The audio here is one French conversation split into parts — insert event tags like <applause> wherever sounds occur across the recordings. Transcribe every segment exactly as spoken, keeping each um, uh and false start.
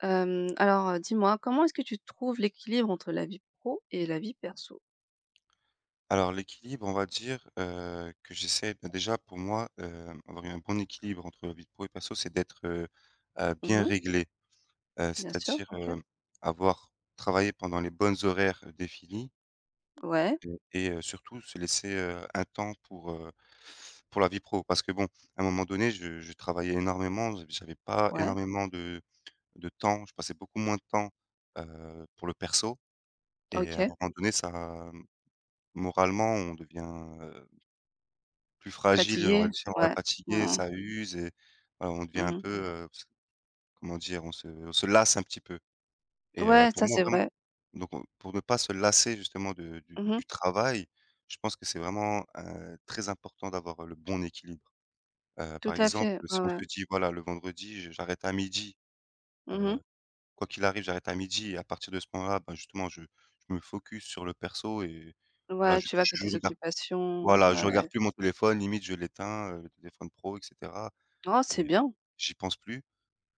Hem, alors, heu, dis-moi, comment est-ce que tu trouves l'équilibre entre la vie pro et la vie perso? Alors l'équilibre, on va dire, heu, que j'essaie bah, déjà pour moi, hem, avoir eu un bon équilibre entre vie pro et perso, c'est d'être, heu heu, bien Mmh. réglé. Heu, Bien sûr, c'est-à-dire, OK. heu, avoir travaillé pendant les bonnes horaires euh, définies Ouais, et et heu, surtout se laisser, heu, un temps pour, heu, pour la vie pro. Parce que bon, à un moment donné, je je travaillais énormément, j'av j'avais pas ouais, énormément de de temps, je passais beaucoup moins de temps, heu, pour le perso. Et à un OK. moment donné ça, moralement, on devient, euh, plus fragile, on Fatigué? va si on va Ouais. fatigué, Mmh mh. ça use et voilà, on devient un Mmh. peu, heu, s comment dire? On se on se lasse un petit peu. Et heu, Ouais, pour ça, moi c'est vraiment, vrai. donc on pour ne pas se lasser justement de du du Mmh. du travail, je pense que c'est vraiment, heu, très important d'avoir le bon équilibre. Heu, par Tout à exemple, fait. si Ouais, on ouais. se dit: «Voilà, le vendredi, je j'arrête à midi, Mmh. heu, quoi qu'il arrive, j'arrête à midi et à partir de ce moment-là, ben, justement, je je me focus sur le perso et voilà, Ouais, je tu vas touche que je tes regarde... occupations. voilà, Ouais, je ouais. regarde plus mon téléphone, limite je l'éteins, heu, le téléphone pro et cetera. Oh, c'est Et bien. j'y pense plus,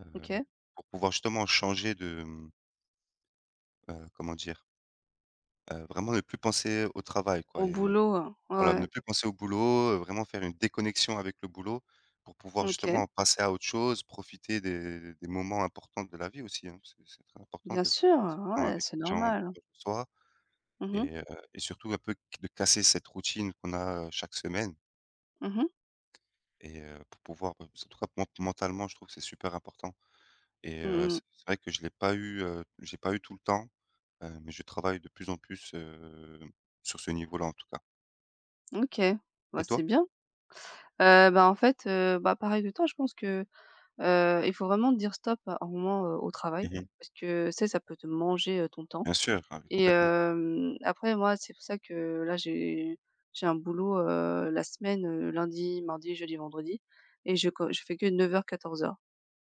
heu, OK. pour pouvoir justement changer de, mmh, heu, comment dire? Heu, vraiment ne plus penser au travail, quoi. Au Et boulot, heu, ouais, voilà, ne ouais. plus penser au boulot, heu, vraiment faire une déconnexion avec le boulot pour pouvoir OK. justement passer à autre chose, profiter des des moments importants de la vie aussi, hein. C'est c'est très important Bien de sûr, passer du temps ouais, avec c'est les gens normal. proches de soi. Mmh mh. Et heu et surtout un peu de casser cette routine qu'on a, heu, chaque semaine. Mmh. Et heu, pour pouvoir, en tout cas ment mentalement, je trouve que c'est super important. Et heu, Mmh. c'est c'est vrai que je l'ai pas eu, heu, j'ai pas eu tout le temps, heu, mais je travaille de plus en plus, heu, sur ce niveau-là, en tout cas. OK. Bah, Et toi? c'est bien. Heu, bah, en fait, heu, bah, pareil que toi, je pense que Heu, il faut vraiment dire stop à un moment, heu, au travail Mmh. parce que, ça, ça peut te manger, heu, ton temps Bien sûr, ah oui, et complètement. hem, après moi, c'est pour ça que là, j'ai j'ai un boulot, heu, la semaine, heu, lundi, mardi, jeudi, vendredi et je co je fais que neuf heures, quatorze heures.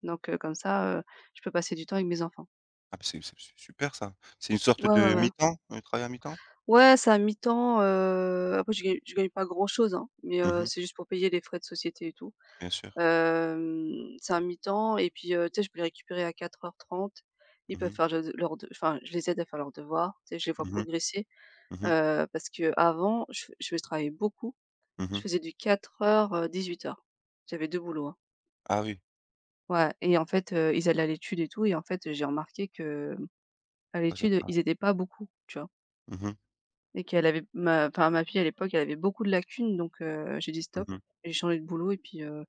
Donc heu, comme ça, heu, je peux passer du temps avec mes enfants. Ah beh, c'est c'est su super ça. C'est une sorte Ouais, ouais, de, ouais, ouais. mi-temps? Un travail à mi-temps? Ouais, c'est à mi-temps, heu, après je gagne je gagne pas grand chose, hein, mais heu, Mmh, c'est juste pour payer les frais de société et tout. bien sûr. Hem, c'est un mi-temps et puis, heu, tu sais, je peux les récupérer à quatre heures trente. Ils Mmh peuvent mh. faire le leurs de Enfin, je les aide à faire leurs devoirs, tu sais, je les vois Mmh mh. progresser, Mmh. heu, parce que avant je je travaillais beaucoup. Je Mmh. faisais du quatre heures euh, dix-huit heures. J'avais deux boulots, hein. Ah oui, Ouais et en fait, heu, ils allaient à l'étude et tout et en fait, j'ai remarqué que, à ah c'est l'étude, pas... ils aidaient pas beaucoup, tu vois? Mmh mh. Et qu'elle avait ma Enfin, ma fille, à l'époque, elle avait beaucoup de lacunes donc heu, j'ai dit: «Stop». Mmh. J'ai changé de boulot et puis, heu,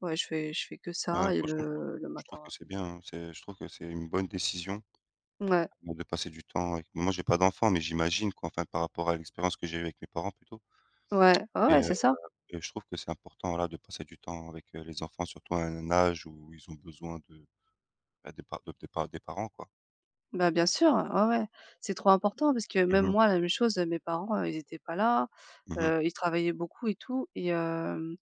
ouais, je fais je fais que Bah, ça et franchement, je trouve le le je matin, trouve ouais. que c'est bien, hein. C'est Je trouve que c'est une bonne décision, Ouais. heu, de passer du temps avec... moi j'ai pas d'enfant, mais j'imagine quoi, enfin, par rapport à l'expérience que j'ai eue avec mes parents plutôt. Ouais, ouais, et ouais, c'est ça. Et je trouve que c'est important, voilà, de passer du temps avec, heu, les enfants, surtout à un âge où ils ont besoin de, bah, des par de des par des parents, quoi. Bah, bien sûr, ouais, ouais. C'est trop important parce que même Mmh mh. moi, la même chose, mes parents, heu, ils étaient pas là, Mmh. heu, ils travaillaient beaucoup et tout et hem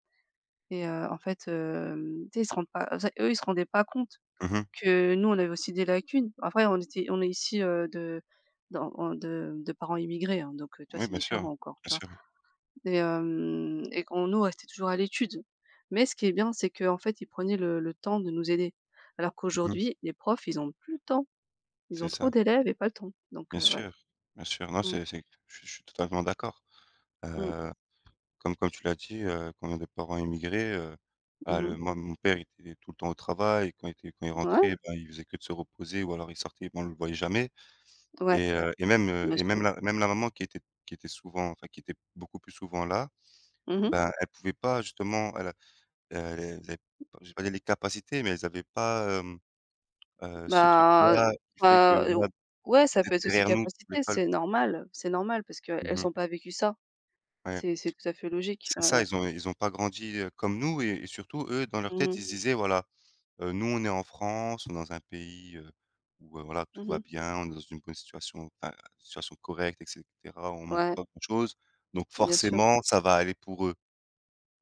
et heu, en fait, hem, tu sais, ils se rendent pas en eux, ils se rendaient pas compte Mmh. que nous, on avait aussi des lacunes. Après on était on est ici, heu, de dans en de de parents immigrés, hein, donc heu, tu vois, Oui, c'est bien sûr, différent encore, bien tu vois? sûr. Et hem et qu'on nous, restait toujours à l'étude. Mais ce qui est bien, c'est qu'en fait, ils prenaient le le temps de nous aider. Alors Mmh. qu'aujourd'hui, les profs, ils ont plus le temps. Ils ont C'est trop ça. d'élèves et pas le temps, donc Bien heu, ouais. sûr, bien sûr. Non, Mmh. c'est c'est je suis je suis totalement d'accord. Mmh. Heu, comme comme tu l'as dit, heu, quand on a des parents immigrés, heu, bah, Mmh le mh. moi, mon père était tout le temps au travail. Quand il était quand il Ouais, rentrait, bah, il faisait que de se reposer ou alors il sortait, mais on ne le voyait jamais. ouais, Et heu et même, heu bien et sûr. même la même la maman qui était qui était souvent, enfin, qui était beaucoup plus souvent là. Mmh mh. Ben, elles pouvaient pas justement, elles a elle elle pas, je vais pas dire les capacités, mais elles avaient pas, hem, heu, ce Bah, truc-là qui fait que heu, voilà, ou ouais, ça peut d'être être aussi derrière nous, capacité, l'école. c'est normal, c'est normal parce qu'elles Mmh. ont pas vécu ça. Ouais. C'est c'est tout à fait logique. C'est Ouais, ça, ouais. ils ont ils ont pas grandi, heu, comme nous et et surtout eux, dans leur Mmh tête, mh. ils se disaient: «Voilà, heu, nous on est en France, on est dans un pays, heu, où, heu, voilà, Mmh tout va mh. bien, on est dans une bonne situation, enfin, situation correcte et cetera, on manque Ouais, pas de choses, donc bien sûr. forcément ça va aller pour eux».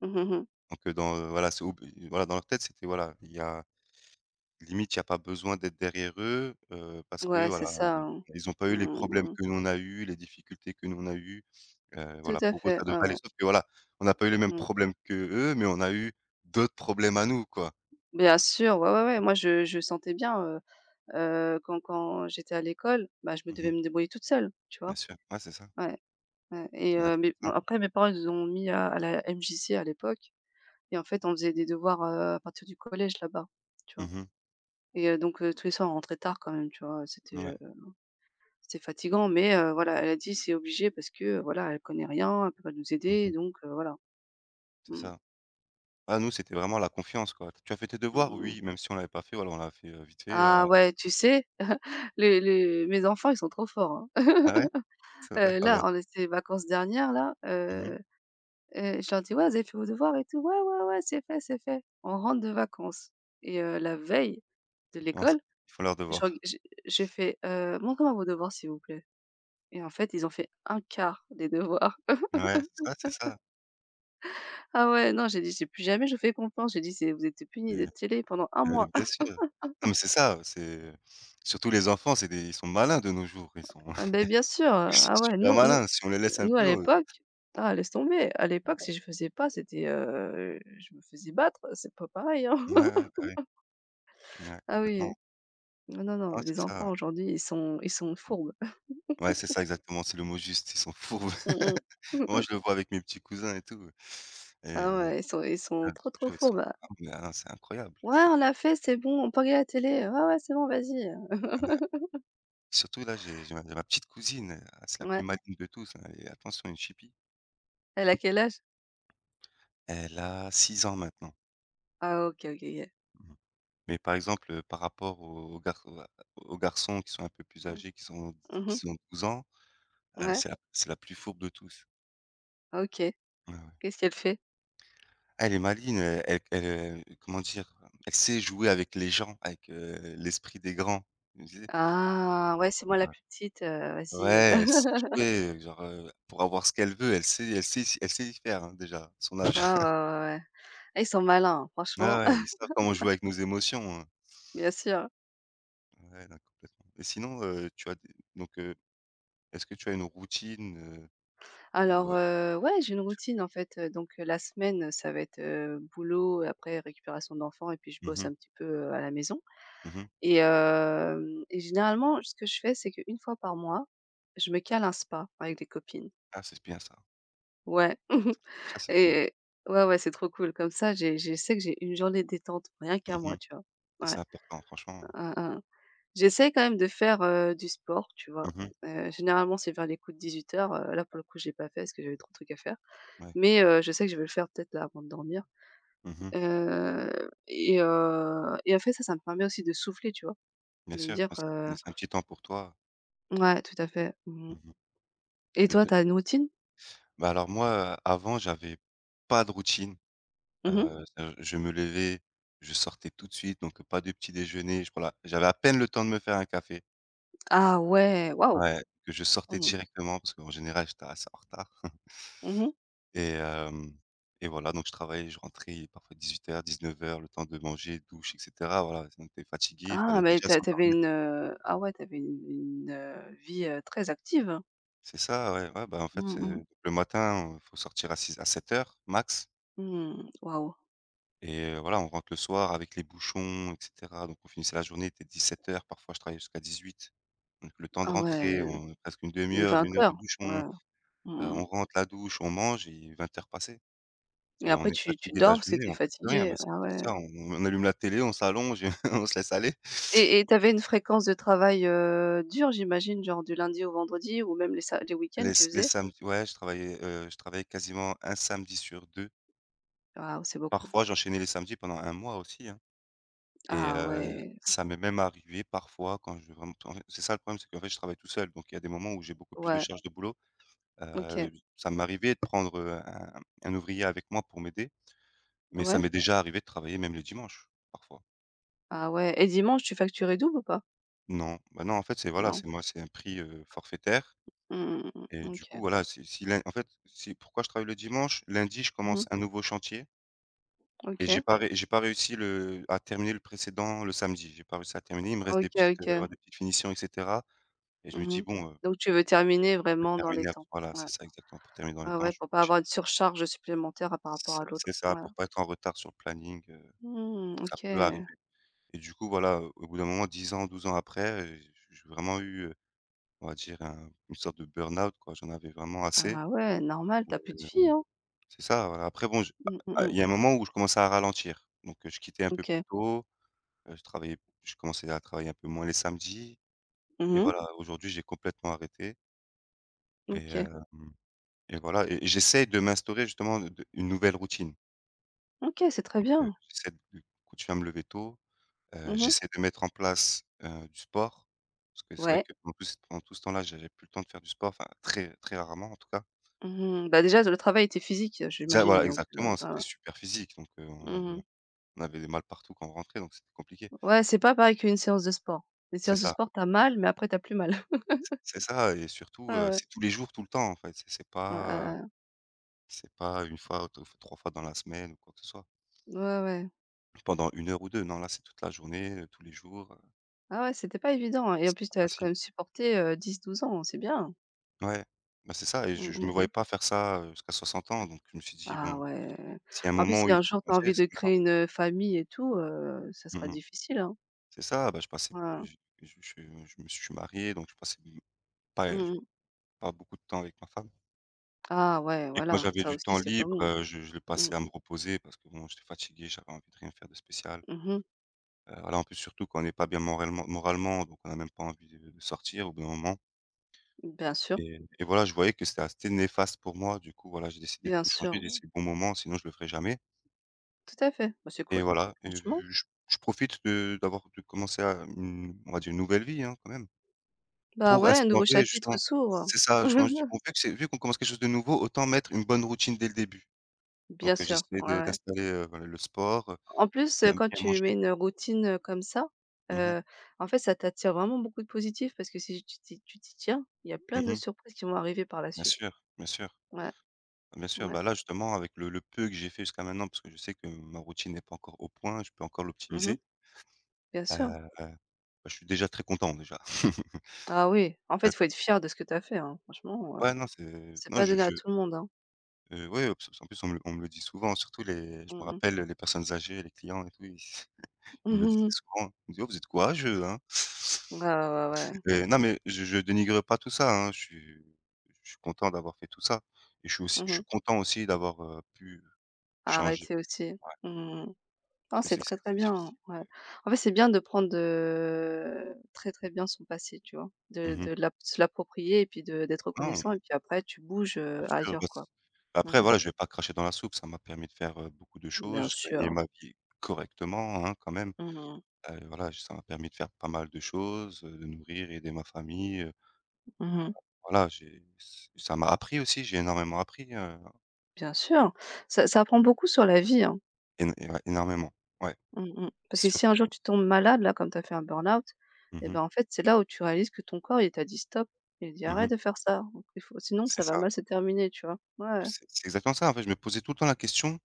Mmh mh mmh mh. Donc heu, dans, heu, voilà, c'est ob voilà, dans leur tête, c'était voilà, il y a... limite, il y a pas besoin d'être derrière eux, heu, parce que Ouais, c'est voilà, ça, ils ont hein. ils ont pas Mmh eu les problèmes mh mh. que nous on a eu, les difficultés que nous on a eu, heu, Tout voilà, à pour eux, fait, ça ouais, devrait ouais. aller. Sauf que voilà, on n'a pas eu les mêmes Mmh. problèmes qu'eux, mais on a eu d'autres problèmes à nous, quoi. Bien sûr, ouais, ouais, ouais. Moi, je je sentais bien, heu heu, quand quand j'étais à l'école, bah, je me Mmh devais mh. me débrouiller toute seule, tu vois? Bien sûr. Ouais, c'est ça. Ouais. Ouais et C'est heu, exactement mais bon ça. après mes parents, ils nous ont mis à à la M J C à l'époque et en fait, on faisait des devoirs, heu, à partir du collège là-bas, tu vois? Mmh mh. Et heu, donc heu, tous les soirs, on rentrait tard quand même, tu vois? C'était, Ouais. heu, c'était fatigant mais heu, voilà, elle a dit: «C'est obligé parce que, heu, voilà, elle connaît rien, elle peut pas nous Mmh aider mh. donc heu, voilà». C'est Mmh. ça. Ah, nous, c'était vraiment la confiance, quoi. «Tu as fait tes Mmh devoirs?» mh. «Oui», même si on l'avait pas fait, voilà, on l'a fait, heu, vite fait, heu Ah ouais, tu sais, <laughs> les les mes enfants, ils sont trop forts, hein. ah ouais? <laughs> C'est vrai? Heu, Ah ouais. là, en les vacances dernières là, Mmh mh. heu Heu, je leur dis: «Ouais, vous avez fait vos devoirs et tout?» «Ouais, ouais, ouais, c'est fait, c'est fait». On rentre de vacances et heu, la veille de Ils commencent l'école, ils font leurs je reg devoirs. j'ai j'ai fait: «Heu, montrez-moi vos devoirs s'il vous plaît» et en fait, ils ont fait un quart des devoirs. <laughs> Ouais, c'est ça, c'est ça, Ah ouais, non, j'ai dit: «J'ai plus jamais je vous fais confiance». J'ai dit: «C'est vous êtes punis et de télé pendant un Heu, mois». bien <laughs> sûr. Non mais c'est ça, c'est surtout les enfants, c'est des... ils sont malins de nos jours, ils sont Ah <laughs> beh, ils bien sûr, sont ah ouais, super nous nous malins. Si on les laisse un nous à peu, heu l'époque ah laisse tomber. À l'époque, si je faisais pas, c'était, heu, je me faisais battre, c'est pas pareil, hein. ouais, <laughs> ouais, bah, oui, ouais, Ah oui, complètement. non, non, non, Ah les c'est ça, enfants ouais. aujourd'hui, ils sont ils sont fourbes. Ouais, c'est ça exactement, c'est le mot juste, ils sont fourbes. Mmh <laughs> Moi, mh. je <laughs> le vois avec mes petits cousins et tout, Ah et ouais, ils sont ils sont grave, je trop, te trop jure, ils sont fourbes, heu. ah mais ah, c'est incroyable. Ils «Ouais, sont on l'a fait, c'est bon, on peut regarder la télé, heu. Ouais, ouais, c'est bon, vas-y, heu». Ah mais surtout là, j'ai j'ai ma j'ai ma petite cousine, heu, c'est la plus Ouais. maligne de tous, hein, et attention, une chipie. Elle a quel âge? Elle a six ans maintenant. Ah OK, OK, OK. Mais par exemple, heu, par rapport aux gar aux aux garçons qui sont un peu plus Mmh. âgés, qui sont qui Mmh. sont douze ans, heu, Ouais, c'est la c'est la plus fourbe de tous. OK. Ouais, ouais. Qu'est-ce qu'elle fait? Elle est maligne, heu, elle elle, heu, comment dire? Elle sait jouer avec les gens, avec, heu, l'esprit des grands. Tu sais? Ah ouais, c'est moi la plus petite, heu, vas-y, <laughs> Ouais, elle ah. sait jouer, genre, heu, pour avoir ce qu'elle veut, elle sait elle sait elle sait y faire, hein, déjà, son âge. Ouais, ouais, ouais, <laughs> ouais. Ah, ils sont malins, hein, Ouais, franchement. ouais, ils <laughs> savent comment jouer avec nos émotions, hein. Bien sûr. Ouais, non, complètement. Et sinon, heu, tu as des donc, heu, est-ce que tu as une routine, heu, ou Alors, heu? heu, ouais, j'ai une routine, en fait, heu, donc euh, la semaine, ça va être, heu, boulot après récupération d'enfants et puis je Mmh bosse mh. un petit peu, heu, à la maison. Mmh. Et hem et généralement, ce que je fais, c'est qu'une fois par mois, je me cale un spa avec des copines. Ah, c'est bien ça. Ouais <laughs> Ça, c'est cool. et ouais, ouais, c'est trop cool. Comme ça, j'ai je sais que j'ai une journée détente, rien qu'à moi, Mmh. tu vois? Ouais, C'est important, franchement. hein, hein. J'essaie quand même de faire, heu, du sport, tu vois? Mmh. Heu, généralement, c'est vers les coups de dix-huit heures, heu, là, pour le coup, j'ai pas fait parce que j'avais trop de trucs à faire, Ouais. mais heu, je sais que je vais le faire peut-être là avant de dormir, Mmh. heu et heu et en fait, ça, ça me permet aussi de souffler, tu vois? Bien De me sûr, dire, parce que tu heu laisses un petit temps pour toi. ouais, tout à fait. Mmh. Mmh. Et De toi, te t'as une routine? Bah, alors moi, heu, avant, j'avais pas de routine, Mmh. heu, c'est-à-dire je me levais, je sortais tout de suite, donc pas de petit déjeuner, je voilà, j'avais à peine le temps de me faire un café. Ah ouais, waouh! Ouais, que je sortais Mmh mh. directement parce qu'en général, j'étais assez en retard. <laughs> Mmh. Et hem et voilà, donc je travaillais, je rentrais parfois dix-huit heures-dix-neuf heures, le temps de manger, douche et cetera, voilà, sinon tu fatigué, il Ah fallait mais déjà tu as s'endormir. une, heu, ah ouais, t'avais une une, heu, vie, heu, très active. C'est ça, ouais, ouais, bah, en fait, Mmh mh. heu, le matin, heu, faut sortir à six, à sept heures max Mmh, waouh. et heu, voilà, on rentre le soir avec les bouchons et cetera, donc on finissait la journée, était dix-sept heures. Parfois je travaillais jusqu'à dix-huit. Donc le temps de Ah rentrer, ouais, on presque une demi les heure, vingt une heure de heures. bouchon, Ouais. heu, Mmh on rentre, la douche, on mange et vingt heures passées. et Et on après est tu tu fatigué de la dors parce que journée, t'es es on fait plus rien, bah, fatiguée. c'est Ah c'est ouais ça, on on allume la télé, on s'allonge et <laughs> on se laisse aller. et et t'avais une fréquence de travail, heu, dure j'imagine, genre du lundi au vendredi ou même les sa les week-ends Les tu les faisais? samedis ouais, je travaillais, heu, je travaillais quasiment un samedi sur deux. Waouh, c'est beaucoup. Parfois, j'enchaînais les samedis pendant un mois aussi, hein. Et Ah heu, ouais, ça m'est même arrivé parfois quand je vais vraiment en fait, c'est ça le problème, c'est qu'en fait, je travaille tout seul, donc il y a des moments où j'ai beaucoup plus de ouais, charges de boulot. OK, Heu, Ça m'est arrivé de prendre, heu, un un ouvrier avec moi pour m'aider, mais ça ouais. m'est déjà arrivé de travailler même le dimanche, parfois. Ah ouais et dimanche tu facturais double ou pas? Non, bah, non, en fait, c'est voilà, Non? c'est moi, c'est un prix, heu, forfaitaire. Mmh mmh Et mmh, du OK. coup, voilà, si si lun en fait, si pourquoi je travaille le dimanche? Lundi, je Mmh commence mh. un nouveau chantier et j'ai OK. pas ré j'ai pas réussi le à terminer le précédent le samedi. J'ai pas réussi à terminer, il me reste OK, des petites, OK. heu, des petites finitions et cetera. Et je me Mmh dis: mh. «Bon, Donc tu veux terminer vraiment dans les Terminer temps? voilà, Ouais. c'est ça exactement, pour terminer dans les Ouais, temps, ouais, je suis pour pas obligé». avoir une surcharge supplémentaire par rapport à C'est l'autre. c'est ça, Ouais. pour pas être en retard sur le planning, heu, Mmh, ça OK. peut arriver. Et du coup, voilà, au bout d'un moment, dix ans, douze ans après, heu, j j'ai vraiment eu, heu, on va dire un une sorte de burn-out, quoi. J'en avais vraiment assez, Ah ouais, normal, tu as plus de vie, hem, hein? c'est ça, voilà. Après bon, je a Mmh, mmh a mh. il y a un moment où je commençais à ralentir, donc heu, je quittais un peu plus OK. tôt, heu, je travaillais je commençais à travailler un peu moins les samedis. Mmh Et mh. voilà, aujourd'hui, j'ai complètement arrêté. Et OK. hem et voilà et et j'essaye de m'instaurer justement de de une nouvelle routine. OK, c'est très Heu, bien. J'essaie de continuer à me lever tôt, heu, Mmh mh. j'essaie de mettre en place, heu, du sport, parce que c'est vrai Ouais. que en plus pendant tout ce temps-là, j'avais plus le temps de faire du sport, enfin très très rarement en tout cas. Mmh mh. Bah, déjà le travail était physique, heu, Déjà j'imagine voilà, donc heu, exactement, voilà. c'était super physique donc heu, on Mmh avait mh. on avait des mal partout quand on rentrait donc c'était compliqué. Ouais, c'est pas pareil qu'une séance de sport. Les C'est séances de ça, sport, tu as mal, mais après tu as plus mal. <laughs> c'est c'est ça et Ouais, surtout, heu, ouais. c'est tous les jours, tout le temps en fait, c'est c'est Ouais, pas, heu, ouais, ouais. c'est pas une fois, deux fois, trois fois dans la semaine ou quoi que ce soit. Ouais, ouais. Pendant une heure ou deux, non, là c'est toute la journée, heu, tous les jours, heu, Ah ouais, c'était pas évident, hein et en c'est plus, pas tu as quand facile. même supporté, heu, dix douze ans, c'est bien. Ouais, bah, c'est ça et Mmh je je mh me mh. voyais pas faire ça, heu, jusqu'à soixante ans donc je me suis dit: Ah «Bon, ouais. s'il y a un En plus, moment où si il un faut jour tu as envie changer, c'est de maintenant». créer une, famille et tout, heu, ça sera Mmh mh. difficile, hein. C'est ça, bah, je passais Ouais. je je je je me suis marié donc je passais pas je Mmh mmh. pas beaucoup de temps avec ma femme Ah ouais, et quand voilà, j'avais ça du aussi, temps c'est pas libre, bon. heu, je je le Mmh. passais à me reposer parce que bon, j'étais fatigué, j'avais envie de rien faire de spécial. Mmh. Heu, voilà, en plus surtout quand on n'est pas bien moralement moralement donc on a même pas envie de de sortir au bout d'un moment Bien sûr, et et voilà, je voyais que c'était assez néfaste pour moi. Du coup, voilà, j'ai décidé de bien tout changer, sûr. laisser le bon moment, sinon je le ferais jamais. Tout à fait. Bah, c'est Et cool, voilà, et franchement. je je profite de d'avoir de commencer à une on va dire une nouvelle vie, hein, quand même, Bah pour ouais, un nouveau instaurer chapitre justement s'ouvre. c'est ça, justement, je dis: <laughs> «Bon, vu que c'est vu qu'on commence quelque chose de nouveau, autant mettre une bonne routine dès le début». Donc Bien heu, sûr, j'essaie ouais, de ouais. d'installer, heu, voilà, le sport, heu, En plus, heu, bien quand bien tu mets manger. une routine, heu, comme ça, Mmh mh. heu, en fait, ça t'attire vraiment beaucoup de positif parce que si tu t'y tu t'y tiens, il y a plein de Mmh. surprises qui vont arriver par la Bien suite. sûr, bien sûr, Ouais, bien sûr. ouais. Bah, là, justement, avec le le peu que j'ai fait jusqu'à maintenant, parce que je sais que ma routine n'est pas encore au point, je peux encore Mmh. l'optimiser, Bien sûr. heu, bah, je suis déjà très content déjà. <laughs> Ah oui, en fait, il faut être fier de ce que tu as fait, hein. Franchement, heu, Ouais, non, c'est c'est non, pas je donné à je tout le monde, hein. Heu, ouais, obs en plus on me le on me le dit souvent, surtout les, je me Mmh. rappelle, les personnes âgées, les clients et tout, ils <laughs> ils me le disaient <laughs> souvent. Ils me disaient: «Oh, vous êtes courageux, hein». Ouais, ouais, ouais. Heu, non mais je je dénigre pas tout ça, hein, je suis je suis content d'avoir fait tout ça et je suis aussi Mmh je mh. suis content aussi d'avoir, heu, pu changer. Arrêter aussi. Ouais, Mmh. Non, parce que c'est c'est très, c'est très c'est bien, hein, difficile. ouais. En fait, c'est bien de prendre, heu, très, très bien son passé, tu vois? De Mmh. de l'ap Se l'approprier et puis de d'être Non, reconnaissant bien et puis après tu bouges, heu, sûr, ailleurs, bah, c quoi. Mmh après mh. voilà, je vais pas cracher dans la soupe, ça m'a permis de faire, heu, beaucoup de Bien choses, je gagnais sûr. ma vie correctement, hein, quand même. Mmh mh. Heu, voilà, ça m'a permis de faire pas mal de choses, heu, de nourrir et aider ma famille. Mmh. Voilà, j'ai ç ça m'a appris aussi, j'ai énormément appris, heu, Bien sûr. Ça ça apprend beaucoup sur la vie, hein. éno é ouais, énormément, ouais, Mmh mh. Parce que surtout. si un jour tu tombes malade, là, comme tu as fait un burn-out Mmh et mh, ben, en fait, c'est là où tu réalises que ton corps, il t'a dit: «Stop», il dit: mmh. «Arrête de faire ça, donc il faut sinon C'est ça va ça, mal se terminer», tu vois? Ouais, ouais. c'est c'est exactement ça, en fait, je me posais tout le temps la question,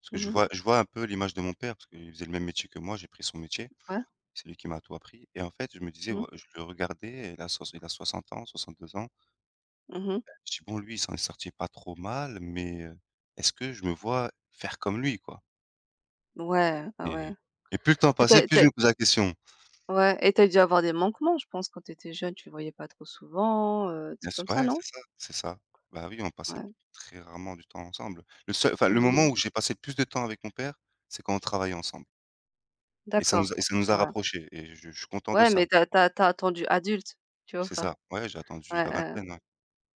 parce que je Mmh. vois je vois un peu l'image de mon père, parce qu'il faisait le même métier que moi, j'ai pris son métier, Ouais. c'est lui qui m'a tout appris et en fait, je me disais, Mmh ouais, mh. je le regardais, il a soix il a soixante ans, soixante-deux ans. Mmh. Je dis: «Bon, lui, il s'en est sorti pas trop mal, mais heu, est-ce que je me vois faire comme lui, quoi?» Ouais, ah et ouais. et plus le temps passait, plus je me posais la question. Ouais et t'as dû avoir des manquements, je pense, quand t'étais jeune, tu le voyais pas trop souvent, heu, Bien trucs sûr, comme ça, ouais, non? c'est ça, c'est ça. Bah, oui, on passait Ouais. très rarement du temps ensemble. Le seul, enfin, Mmh le mmh, mmh. moment où j'ai passé le plus de temps avec mon père, c'est quand on travaillait ensemble et ça D'accord. nous a et ça nous a Ouais. rapprochés et je je suis content de Ouais, ça. mais t'as as tu attendu adulte, tu vois C'est ou ça, ouais, j'ai attendu Ouais, la ouais. vingtaine, ouais.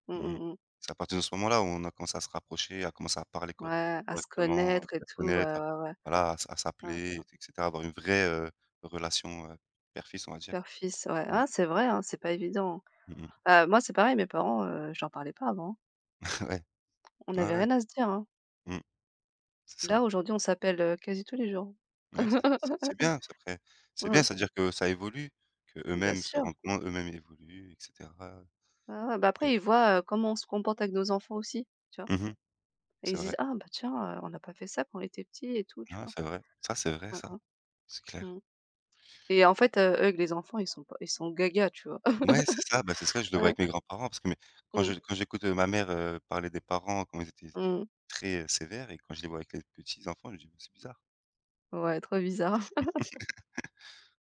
Mmh Mmh. mh, mmh. C'est à partir de ce moment-là où on a commencé à se rapprocher, à commencer à parler co Ouais, à se correctement, à connaître et se tout, ouais, connaître, à ouais, ouais. voilà, à s à Hein. s'appeler et cetera, avoir une vraie, heu, relation, heu, père-fils, on va dire. Père-fils, ouais. Mmh. Ah c'est vrai, hein, c'est pas évident. Mmh. Heu, moi c'est pareil, mes parents, heu, je leur parlais pas avant. Hein. <laughs> Ouais. On Ouais, avait ouais. rien à se dire, hein. Mmh. C'est Là, ça. aujourd'hui, on s'appelle, heu, quasi tous les jours. Ouais, c'est c'est c'est <laughs> bien, c'est après c'est bien, Mmh. c'est-à-dire que ça évolue, Bien qu'eux-mêmes se sûr. rendent compte, eux-mêmes évoluent et cetera, Ouais, ouais, bah, après ils voient, heu, comment on se comporte avec nos enfants aussi, tu vois? mmh mh, Et c'est ils se disent: vrai. «Ah bah tiens, heu, on n'a pas fait ça quand on était petits et tout», tu Ah, vois? c'est vrai. Ça, c'est vrai Mmh ça, c'est mh. clair. Mmh. Et en fait, heu, eux, les enfants, ils sont pas ils sont gaga, tu vois? Ouais, c'est ça, bah, c'est ça, je le vois avec mes <laughs> grands-parents parce que mes quand Mmh. je quand j'écoute, heu, ma mère, heu, parler des parents, comment ils étaient Mmh. très, heu, sévères et quand je les vois avec les petits enfants, je me dis: «Bah, c'est bizarre». Ouais, trop bizarre.